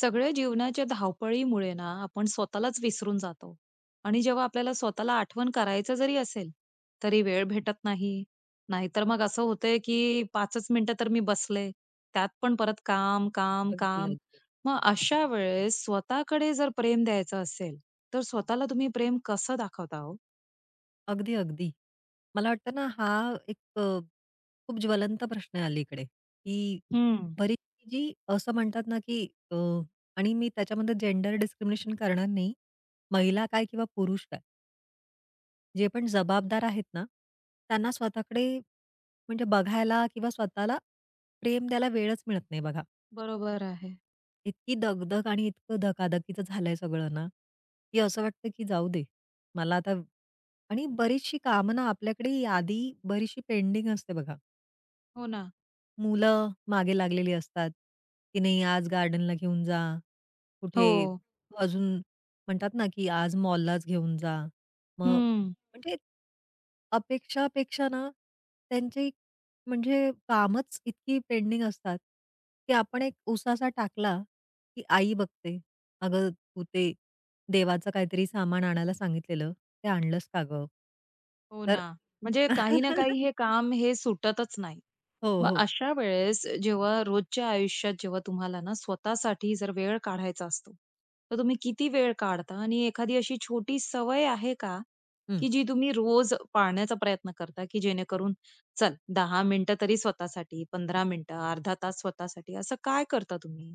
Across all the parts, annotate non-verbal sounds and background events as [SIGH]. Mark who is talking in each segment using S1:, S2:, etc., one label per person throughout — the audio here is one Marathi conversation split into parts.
S1: सगळ्या जीवनाच्या धावपळीमुळे ना आपण स्वतःलाच विसरून जातो. आणि जेव्हा आपल्याला स्वतःला आठवण करायचं जरी असेल, तरी वेळ भेटत नाही. नाहीतर मग असं होतंय, की पाचच मिनिटं तर मी बसले, त्यात पण परत काम काम
S2: अगदी,
S1: काम.
S2: अगदी.
S1: मग अशा वेळेस स्वतःकडे जर प्रेम द्यायचं असेल, तर स्वतःला तुम्ही प्रेम कसं दाखवता हो?
S2: अगदी, अगदी. मला वाटतं ना हा एक खूप ज्वलंत प्रश्न आहे अलीकडे, की
S1: हम्म.
S2: बरीचशी जी असं म्हणतात ना, की अ, आणि मी त्याच्यामध्ये जेंडर डिस्क्रिमिनेशन करणार नाही. महिला काय किंवा पुरुष काय, जे पण जबाबदार आहेत ना, त्यांना स्वतःकडे म्हणजे बघायला किंवा स्वतःला प्रेम द्यायला वेळच मिळत नाही बघा.
S1: बरोबर आहे.
S2: इतकी दगदग आणि इतकं धकाधकीचं झालंय सगळं ना, की असं वाटतं की जाऊ दे. मला आता आणि बरीचशी कामं ना आपल्याकडे यादी बरीचशी पेंडिंग असते बघा.
S1: हो ना.
S2: मुलं मागे लागलेली असतात, की नाही आज गार्डनला घेऊन जा, कुठे
S1: हो.
S2: अजून म्हणतात ना, की आज मॉललाच घेऊन जा. मग
S1: हम्म.
S2: म्हणजे अपेक्षापेक्षा ना, त्यांची म्हणजे कामच इतकी पेंडिंग असतात, की आपण एक उसासा टाकला, की आई बघते, "अगं, तू ते देवाचं काहीतरी सामान आणायला सांगितलेलं, ते आणलंस का गं?"
S1: हो
S2: तर
S1: ना. म्हणजे काही ना
S2: [LAUGHS]
S1: काही हे काम हे सुटतच नाही.
S2: हो,
S1: मग
S2: हो.
S1: अशा वेळेस जेव्हा रोजच्या आयुष्यात जेव्हा तुम्हाला ना स्वतःसाठी जर वेळ काढायचा असतो, तर तुम्ही किती वेळ काढता? आणि एखादी अशी छोटी सवय आहे का,
S2: हं.
S1: की जी तुम्ही रोज पाळण्याचा प्रयत्न करता, की जेणेकरून चल 10 मिनिटं तरी स्वतःसाठी, 15 मिनिटं, अर्धा तास स्वतःसाठी, असं काय करता तुम्ही?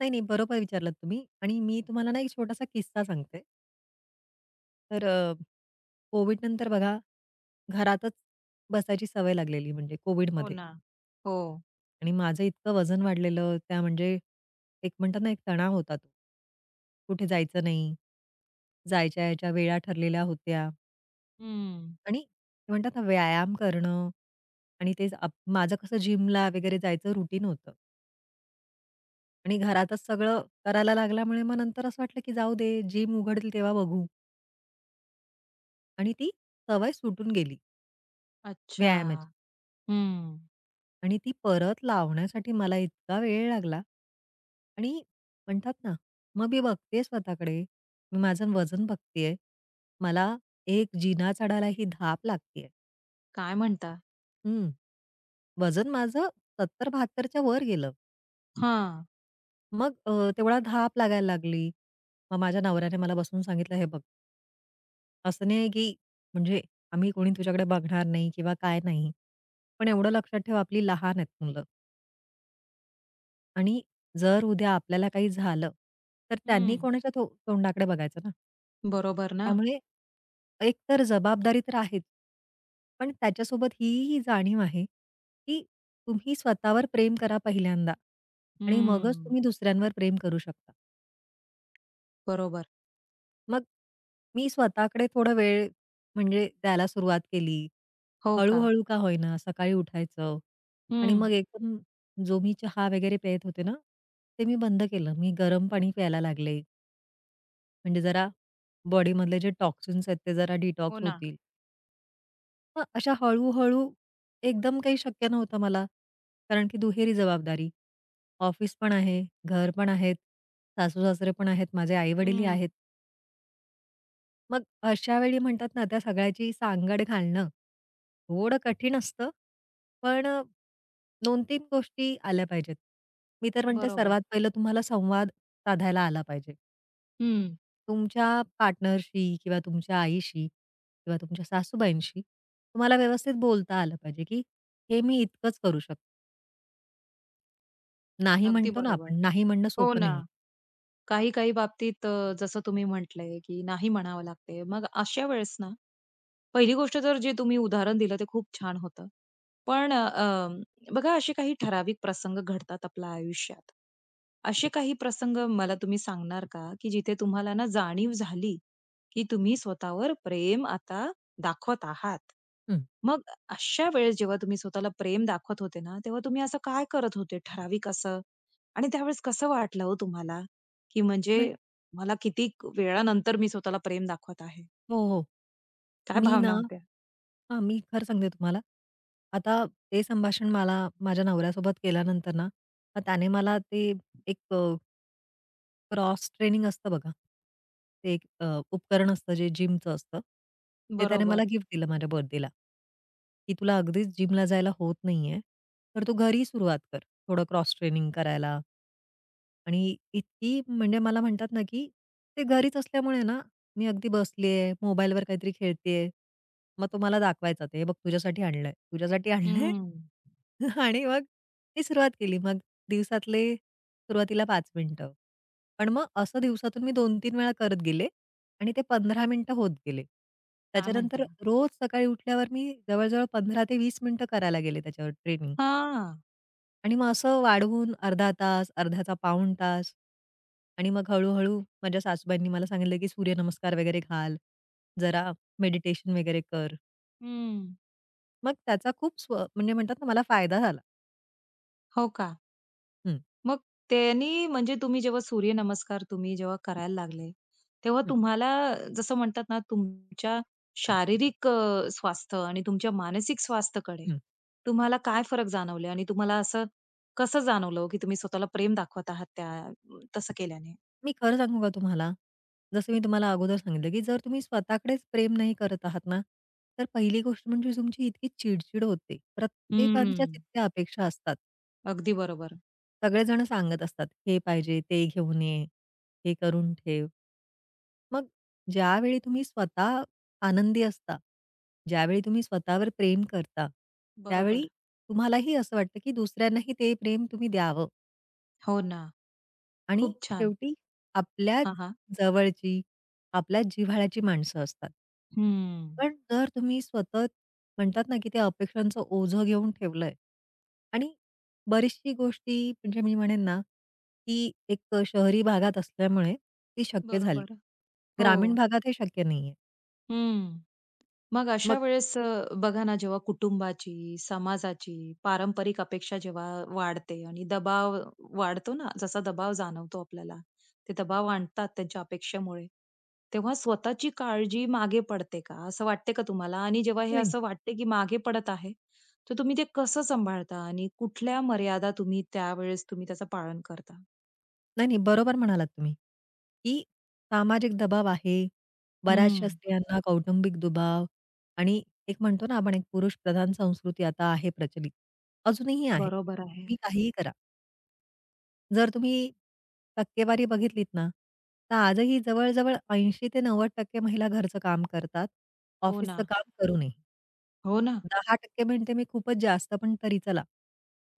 S2: नाही, नाही, बरोबर विचारलात तुम्ही आणि मी तुम्हाला ना एक छोटासा किस्सा सांगते. तर कोविडनंतर बघा, घरातच बसायची सवय लागलेली म्हणजे
S1: हो
S2: कोविडमध्ये.
S1: ना. हो.
S2: आणि माझं इतकं वजन वाढलेलं, त्या म्हणजे एक म्हणतात ना, एक तणाव होता तो. कुठे जायचं नाही, जायच्या यायच्या वेळा ठरलेल्या होत्या
S1: हं.
S2: आणि ते म्हणतात ना, व्यायाम करणं आणि ते आप माझं कसं जिमला वगैरे जायचं रुटीन होतं आणि घरातच सगळं करायला लागल्यामुळे मग नंतर असं वाटलं, की जाऊ दे जिम उघडतील तेव्हा बघू आणि ती सवय सुटून गेली
S1: अच्छा.
S2: व्यायामाची.
S1: हं.
S2: आणि ती परत लावण्यासाठी मला इतका वेळ लागला आणि म्हणतात ना, मग मी बघतेय स्वतःकडे, मी माझं वजन बघतेय. मला एक जिना चढायला ही धाप लागतेय.
S1: काय म्हणता?
S2: हं, वजन माझं 72 वर गेलं.
S1: हां.
S2: मग तेवढा धाप लागायला लागली. मग माझ्या नवऱ्याने मला बसवून सांगितलं, "हे बघ, असं नाही की म्हणजे आम्ही कोणी तुझ्याकडे बघणार नाही किंवा काय नाही. पण एवढं लक्षात ठेव, आपली लहान आहेत मुलं." आणि जर उद्या आपल्याला काही झालं, तर त्यांनी
S1: हं.
S2: कोणाच्या तो तोंडाकडे बघायचं ना?
S1: बरोबर ना.
S2: त्यामुळे एक तर जबाबदारी तर आहेच. पण त्याच्यासोबत ही जाणीव आहे, की तुम्ही स्वतःवर प्रेम करा पहिल्यांदा आणि मगच
S1: हं.
S2: तुम्ही दुसऱ्यांवर प्रेम करू शकता.
S1: बरोबर.
S2: मग मी स्वतःकडे थोडा वेळ म्हणजे द्यायला सुरुवात केली.
S1: हो का?
S2: हळू-हळू का होईना सकाळी उठायचं आणि
S1: हं.
S2: मग एकदम जो मी चहा वगैरे पेत होते ना, ते मी बंद केलं. मी गरम पाणी प्यायला लागले. म्हणजे जरा बॉडीमधले जे टॉक्सिन्स आहेत ते जरा
S1: हो
S2: डिटॉक्स
S1: ना.
S2: होतील. मग अशा हळू एकदम काही शक्य नव्हतं मला. कारण की दुहेरी जबाबदारी. ऑफिस पण आहे, घर पण आहेत, सासू-सासरे पण आहेत, माझे आई-वडीलही
S1: हं,
S2: आहेत. मग अशा वेळी म्हणतात ना, त्या सगळ्याची सांगड घालणं थोडं कठीण असतं, पण 2-3 गोष्टी आल्या पाहिजेत. मी तर म्हणते
S1: बरोबर.
S2: सर्वात पहिलं तुम्हाला संवाद साधायला आला पाहिजे.
S1: हं,
S2: तुमच्या पार्टनरशी किंवा तुमच्या आईशी किंवा तुमच्या सासूबाईंशी तुम्हाला व्यवस्थित बोलता आलं पाहिजे, की हे मी इतकंच करू शकतो. नाही
S1: अगदी
S2: म्हणतो ना
S1: बरोबर.
S2: आपण, नाही म्हणणं
S1: हो
S2: सोपं
S1: ना.
S2: नाहीये.
S1: काही-काही बाबतीत जसं तुम्ही म्हटलंय, की नाही म्हणावं लागते. मग अशा वेळेस ना, पहिली गोष्ट तर जे तुम्ही उदाहरण दिलं ते खूप छान होतं. पण बघा असे काही ठराविक प्रसंग घडतात आपल्या आयुष्यात. असे काही प्रसंग मला तुम्ही सांगणार का, की जिथे तुम्हाला ना जाणीव झाली, की तुम्ही स्वतःवर प्रेम आता दाखवत आहात.
S2: हं.
S1: मग अशा वेळेस जेव्हा तुम्ही स्वतःला प्रेम दाखवत होते ना, तेव्हा तुम्ही असं काय करत होते ठराविक असं? आणि त्यावेळेस कसं वाटलं हो तुम्हाला, की म्हणजे
S2: नाही
S1: मला किती वेळानंतर मी स्वतःला प्रेम दाखवत आहे?
S2: हो, हो.
S1: काय
S2: मी ना
S1: भावना होत्या?
S2: हां, मी खरं सांगते तुम्हाला. आता ते संभाषण मला माझ्या नवऱ्यासोबत केल्यानंतर ना, मग त्याने मला ते एक क्रॉस ट्रेनिंग असतं बघा. ते एक उपकरण असतं जे जिमचं असतं. ते त्याने मला
S1: बरोबर.
S2: गिफ्ट दिलं माझ्या बर्थडेला, की तुला अगदीच जिमला जायला होत नाहीये, तर तू घरी सुरुवात कर. थोडं क्रॉस ट्रेनिंग करायला आणि इतकी म्हणजे मला म्हणतात ना, की ते घरीच असल्यामुळे ना, मी अगदी बसलीये, मोबाईलवर काहीतरी खेळतेय. मग तो मला दाखवायचा ते, "हे बघ तुझ्यासाठी आणलंय, तुझ्यासाठी आणलंय."
S1: हं.
S2: [LAUGHS] आणि मग मी सुरुवात केली. मग दिवसातले सुरुवातीला 5 मिनिटं. पण मग असं दिवसातून मी 2-3 वेळा करत गेले आणि ते 15 मिनिटं होत गेले.
S1: काय
S2: त्याच्यानंतर
S1: म्हणता?
S2: रोज सकाळी उठल्यावर मी जवळ-जवळ 15 ते 20 मिनिटं करायला गेले त्याच्यावर ट्रेनिंग.
S1: हां.
S2: आणि मग असं वाढवून अर्धा तास, अर्ध्याचा पाऊण तास आणि मग हळू-हळू माझ्या सासूबाईंनी मला सांगितलं, की सूर्यनमस्कार वगैरे घाल, जरा मेडिटेशन वगैरे कर.
S1: हं.
S2: मग त्याचा खूप म्हणजे म्हणतात ना मला फायदा झाला.
S1: हो का?
S2: हं,
S1: मग त्यांनी म्हणजे तुम्ही जेव्हा करायला लागले, तेव्हा
S2: हं,
S1: तुम्हाला जसं म्हणतात ना, तुमच्या शारीरिक स्वास्थ्य आणि तुमच्या मानसिक स्वास्थ्याकडे
S2: हं.
S1: तुम्हाला काय फरक जाणवले? आणि तुम्हाला असं कसं जाणवलं, की तुम्ही स्वतःला प्रेम दाखवत आहात त्या तसं केल्याने?
S2: मी खरं सांगू का तुम्हाला? जसं मी तुम्हाला अगोदर सांगितलं, की जर तुम्ही स्वतःकडेच प्रेम नाही करत आहात ना, तर पहिली गोष्ट म्हणजे तुमची इतकी चिड होते. प्रत्येकांच्याच
S1: हं.
S2: इतक्या अपेक्षा असतात.
S1: अगदी बरोबर.
S2: सगळेजण सांगत असतात, "हे पाहिजे, ते घेऊन ये, हे करून ठेव." मग ज्यावेळी तुम्ही स्वतः आनंदी असता, ज्यावेळी तुम्ही स्वतःवर प्रेम करता,
S1: बरोबर.
S2: त्यावेळी तुम्हालाही असं वाटतं, की दुसऱ्यांनाही ते प्रेम तुम्ही द्यावं
S1: हो ना.
S2: आणि
S1: खूप छान.
S2: शेवटी आपल्याच
S1: हां, हां.
S2: जवळची, आपल्याच जिव्हाळ्याची माणसं असतात.
S1: हं.
S2: पण जर तुम्ही सतत म्हणतात ना, की त्या अपेक्षांचं ओझं घेऊन ठेवलंय आणि बरीचशी गोष्टी म्हणजे मी म्हणेन ना, की एक शहरी भागात असल्यामुळे ती शक्य झाली.
S1: बरोबर. हो.
S2: ग्रामीण भागात हे शक्य नाहीये.
S1: हम्म. मग अशा
S2: मग
S1: वेळेस बघा ना, जेव्हा कुटुंबाची, समाजाची, पारंपरिक अपेक्षा जेव्हा वाढते आणि दबाव वाढतो ना, जसा दबाव जाणवतो आपल्याला, ते दबाव आणतात त्यांच्या अपेक्षेमुळे, तेव्हा स्वतःची काळजी मागे पडते का? असं वाटते का तुम्हाला? आणि जेव्हा हे
S2: नाही,
S1: असं वाटते, की मागे पडत आहे, तर तुम्ही ते कसं सांभाळता आणि कुठल्या मर्यादा तुम्ही त्यावेळेस त्याचं पालन करता?
S2: नाही, नाही. बरोबर म्हणालात तुम्ही, की सामाजिक दबाव आहे. बऱ्याचशा
S1: हं.
S2: स्त्रियांना कौटुंबिक दबाव आणि एक म्हणतो ना आपण एक पुरुषप्रधान संस्कृती आता आहे प्रचलित. अजूनही आहे.
S1: बरोबर आहे.
S2: तुम्ही काहीही करा. जर तुम्ही टक्केवारी बघितलीत ना, तर आजही जवळ-जवळ 80% ते 90% महिला घरचं काम करतात.
S1: हो ना.
S2: ऑफिसचं काम करू नये.
S1: हो ना.
S2: 10% म्हणते मी खूपच जास्त, पण तरी चला.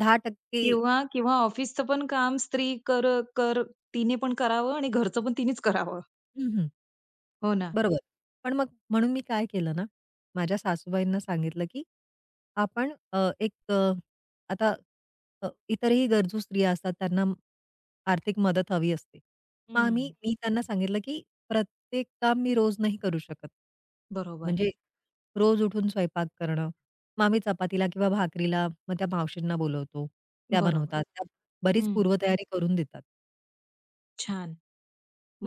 S2: 10%
S1: किंवा किंवा ऑफिसचं पण काम स्त्री कर कर तिने पण करावं आणि घरचं पण तिनेच करावं.
S2: हं,
S1: हो ना.
S2: बरोबर. पण मग म्हणून मी काय केलं ना, माझ्या सासूबाईंना सांगितलं, की आपण एक आता इतरही गरजू स्त्रिया असतात, त्यांना आर्थिक मदत हवी असते. मग आम्ही
S1: हं.
S2: मी त्यांना सांगितलं, की प्रत्येक काम मी रोज नाही करू शकत.
S1: बरोबर,
S2: म्हणजे रोज उठून स्वयंपाक करणं. मग आम्ही चपातीला किंवा भाकरीला मग त्या मावशींना बोलवतो. त्या
S1: बरोबर.
S2: बनवतात. त्या बरीच
S1: हं.
S2: पूर्वतयारी करून देतात.
S1: छान.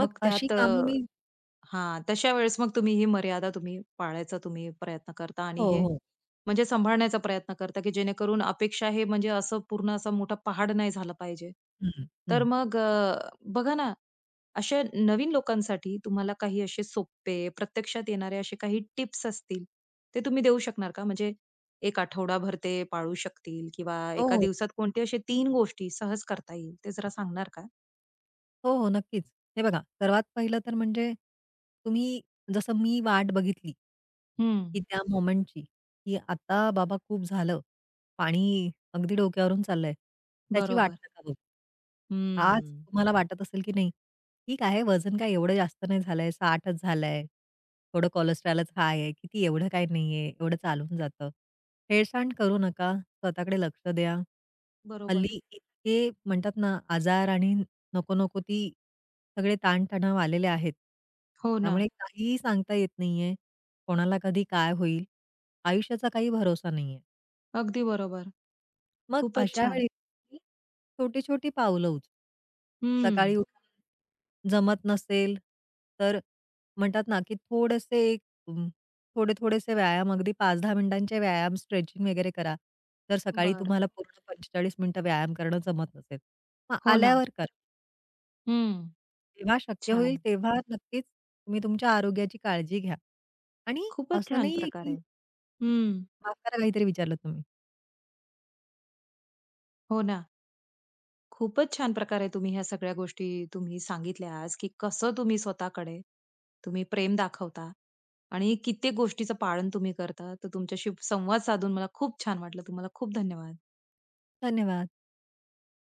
S2: मग
S1: मग
S2: अशी
S1: त्यात
S2: कामं मी
S1: हां, तशा वेळेस मग ही मर्यादा पाळायचा तुम्ही प्रयत्न करता आणि
S2: हो,
S1: हे
S2: हो.
S1: म्हणजे सांभाळण्याचा प्रयत्न करता, की जेणेकरून अपेक्षा हे म्हणजे असं पूर्ण असा मोठा पहाड नाही झाला पाहिजे.
S2: हं,
S1: तर
S2: हं.
S1: मग बघा ना, अशा नवीन लोकांसाठी तुम्हाला काही असे सोपे, प्रत्यक्षात येणारे असे काही टिप्स असतील, ते तुम्ही देऊ शकणार का? म्हणजे 1 आठवडाभर ते पाळू शकतील किंवा
S2: हो,
S1: एका
S2: हो.
S1: दिवसात कोणते असे तीन गोष्टी सहज करता येईल, ते जरा सांगणार का?
S2: हो, हो, नक्कीच. हे बघा, सर्वात पहिलं तर म्हणजे तुम्ही जसं मी वाट बघितली, की
S1: हं.
S2: त्या मोमेंटची, की आता बाबा खूप झालं. पाणी अगदी डोक्यावरून चाललंय. त्याची वाट
S1: बरोबर.
S2: नका बघू. आज
S1: हं.
S2: तुम्हाला वाटत असेल, की नाही, ठीक आहे, वजन काय एवढं जास्त नाही झालंय, 60च झालंय. थोडं कोलेस्टेरॉलच हाय आहे, किती एवढं काही नाहीये, एवढं चालून जातं. हेळसांड करू नका, स्वतःकडे लक्ष द्या.
S1: बरोबर.
S2: हल्ली इतके म्हणतात ना, आजार आणि नको-नको ती सगळे ताणतणाव आलेले आहेत.
S1: हो ना.
S2: त्यामुळे काहीही सांगता येत नाहीये. कोणाला कधी काय होईल? आयुष्याचा काही भरोसा नाहीये.
S1: अगदी बरोबर.
S2: मग
S1: खूपच
S2: अशा
S1: छान.
S2: वेळी मी छोटी-छोटी पावलं उचलू.
S1: हं.
S2: सकाळी उठून जमत नसेल, तर म्हणतात ना, की थोडेसे अं, थोडे-थोडेसे व्यायाम अगदी 5-10 मिनिटांचे व्यायाम, स्ट्रेचिंग वगैरे करा. जर सकाळी
S1: बरं.
S2: तुम्हाला पूर्ण 45 मिनिटं व्यायाम करणं जमत नसेल, मग
S1: हो ना.
S2: आल्यावर करा.
S1: हं.
S2: जेव्हा शक्य होईल
S1: छान.
S2: तेव्हा नक्कीच तुम्ही तुमच्या आरोग्याची काळजी घ्या. आणि
S1: खूपच
S2: असं
S1: छान
S2: नाहीये की
S1: प्रकारे. हं.
S2: माफ करा काहीतरी विचारलं तुम्ही.
S1: हो ना. खूपच छान प्रकारे तुम्ही ह्या सगळ्या गोष्टी तुम्ही सांगितल्या आज, की कसं तुम्ही स्वतःकडे तुम्ही प्रेम दाखवता आणि कित्येक गोष्टीचं पाळन तुम्ही करता. तर तुमच्याशी संवाद साधून मला खूप छान वाटलं. तुम्हाला खूप धन्यवाद.
S2: धन्यवाद.